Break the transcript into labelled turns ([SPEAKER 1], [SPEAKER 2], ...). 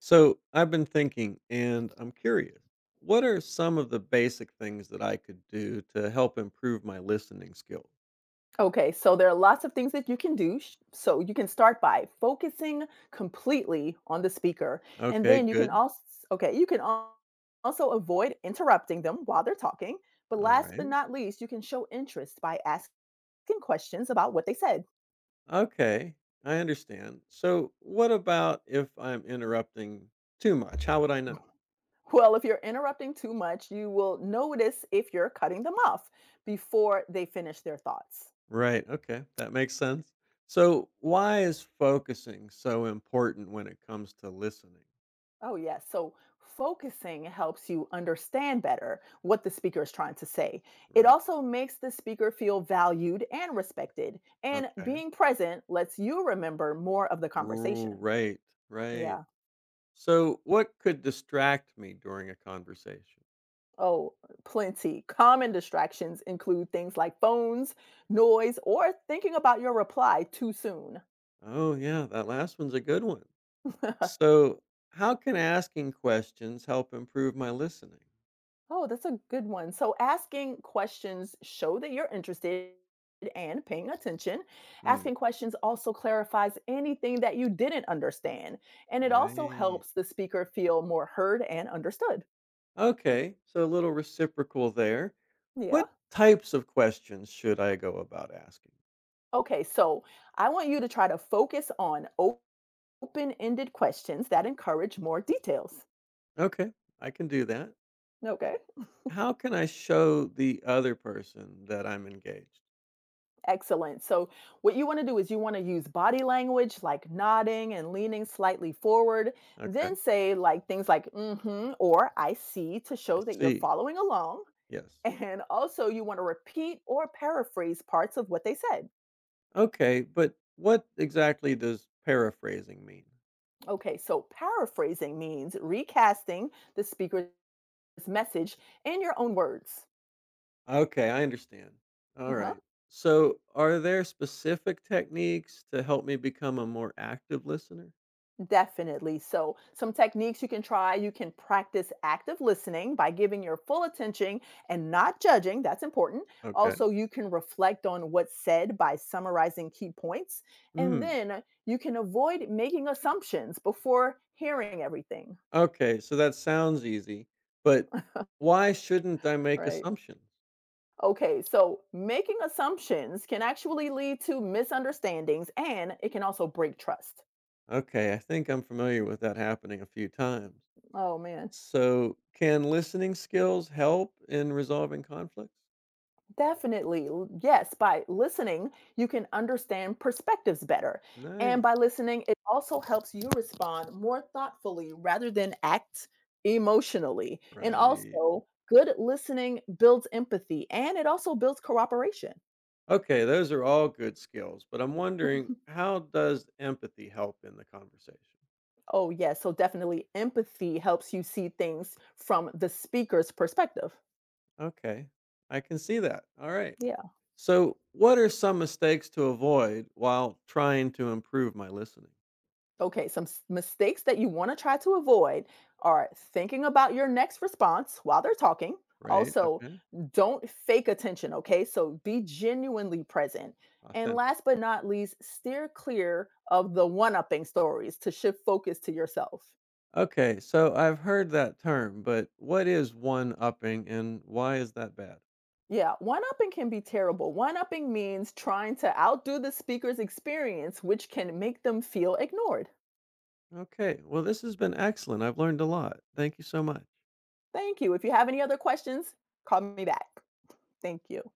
[SPEAKER 1] So I've been thinking, and I'm curious. What are some of the basic things that I could do to help improve my listening skills?
[SPEAKER 2] Okay, so there are lots of things that you can do. So you can start by focusing completely on the speaker. And
[SPEAKER 1] Okay,
[SPEAKER 2] then you can
[SPEAKER 1] good.
[SPEAKER 2] also, okay, also avoid interrupting them while they're talking. But
[SPEAKER 1] All
[SPEAKER 2] last but
[SPEAKER 1] right.
[SPEAKER 2] not least, you can show interest by asking questions about what they said.
[SPEAKER 1] Okay, I understand. So, what about if I'm interrupting too much? How would I know?
[SPEAKER 2] Well, if you're interrupting too much, you will notice if you're cutting them off before they finish their thoughts.
[SPEAKER 1] Right. Okay, that makes sense. So, why is focusing so important when it comes to listening?
[SPEAKER 2] Oh, yes. So focusing helps you understand better what the speaker is trying to say. It
[SPEAKER 1] Right.
[SPEAKER 2] also makes the speaker feel valued and respected. And
[SPEAKER 1] Okay.
[SPEAKER 2] being present lets you remember more of the
[SPEAKER 1] Ooh,
[SPEAKER 2] conversation.
[SPEAKER 1] right. Right.
[SPEAKER 2] Yeah.
[SPEAKER 1] So, what could distract me during a conversation?
[SPEAKER 2] Oh, plenty. Common distractions include things like phones, noise, or thinking about your reply too soon.
[SPEAKER 1] Oh, yeah, that last one's a good one. So, how can asking questions help improve my listening?
[SPEAKER 2] Oh, that's a good one. So asking questions show that you're interested and paying attention.
[SPEAKER 1] Mm.
[SPEAKER 2] Asking questions also clarifies anything that you didn't understand, and it also
[SPEAKER 1] Right.
[SPEAKER 2] helps the speaker feel more heard and understood.
[SPEAKER 1] Okay, so a little reciprocal there.
[SPEAKER 2] Yeah.
[SPEAKER 1] What types of questions should I go about asking?
[SPEAKER 2] Okay, so I want you to try to focus on open-ended questions that encourage more details.
[SPEAKER 1] Okay, I can do that.
[SPEAKER 2] Okay.
[SPEAKER 1] How can I show the other person that I'm engaged?
[SPEAKER 2] Excellent. So, what you want to do is you want to use body language like nodding and leaning slightly forward,
[SPEAKER 1] Okay,
[SPEAKER 2] then say like things like "hmm" or "I see" to
[SPEAKER 1] I
[SPEAKER 2] show that you're
[SPEAKER 1] see.
[SPEAKER 2] following along.
[SPEAKER 1] Yes.
[SPEAKER 2] And also, you want to repeat or paraphrase parts of what they said.
[SPEAKER 1] Okay, but what exactly does paraphrasing mean?
[SPEAKER 2] Okay, so paraphrasing means recasting the speaker's message in your own words.
[SPEAKER 1] Okay, I understand.
[SPEAKER 2] Uh-huh.
[SPEAKER 1] Alright. So, are there specific techniques to help me become a more active listener?
[SPEAKER 2] Definitely. So, some techniques you can try you can practice active listening by giving your full attention and not judging. That's important.
[SPEAKER 1] Okay.
[SPEAKER 2] Also, you can reflect on what's said by summarizing key points. And
[SPEAKER 1] Mm.
[SPEAKER 2] then you can avoid making assumptions before hearing everything,
[SPEAKER 1] Okay, so that sounds easy, but why shouldn't I make
[SPEAKER 2] right?
[SPEAKER 1] assumptions?
[SPEAKER 2] Okay, so making assumptions can actually lead to misunderstandings and it can also break trust.
[SPEAKER 1] Okay, I think I'm familiar with that happening a few times.
[SPEAKER 2] Oh, man.
[SPEAKER 1] So, can listening skills help in resolving conflicts?
[SPEAKER 2] Definitely. Yes, by listening, you can understand perspectives better. And by
[SPEAKER 1] Nice.
[SPEAKER 2] listening, it also helps you respond more thoughtfully rather than act emotionally. And
[SPEAKER 1] Right.
[SPEAKER 2] also, good listening builds empathy and it also builds cooperation.
[SPEAKER 1] Okay, those are all good skills, but I'm wondering
[SPEAKER 2] Mhm.
[SPEAKER 1] how does empathy help in the conversation?
[SPEAKER 2] Oh, yes. So, definitely, empathy helps you see things from the speaker's perspective.
[SPEAKER 1] Okay. I can see that. All right.
[SPEAKER 2] Yeah.
[SPEAKER 1] So, what are some mistakes to avoid while trying to improve my listening?
[SPEAKER 2] Okay, mistakes that you want to try to avoid are thinking about your next response while they're talking.
[SPEAKER 1] Right?
[SPEAKER 2] Also,
[SPEAKER 1] Okay.
[SPEAKER 2] don't fake attention, okay? So be genuinely present. And
[SPEAKER 1] Authentic.
[SPEAKER 2] last but not least, steer clear of the one upping stories to shift focus to yourself.
[SPEAKER 1] Okay. So, I've heard that term, but what is one upping and why is that bad?
[SPEAKER 2] Yeah, one upping can be terrible. One upping means trying to outdo the speaker's experience, which can make them feel ignored.
[SPEAKER 1] Okay. Well, this has been excellent. I've learned a lot. Thank you so much.
[SPEAKER 2] Thank you. If you have any other questions, call me back. Thank you.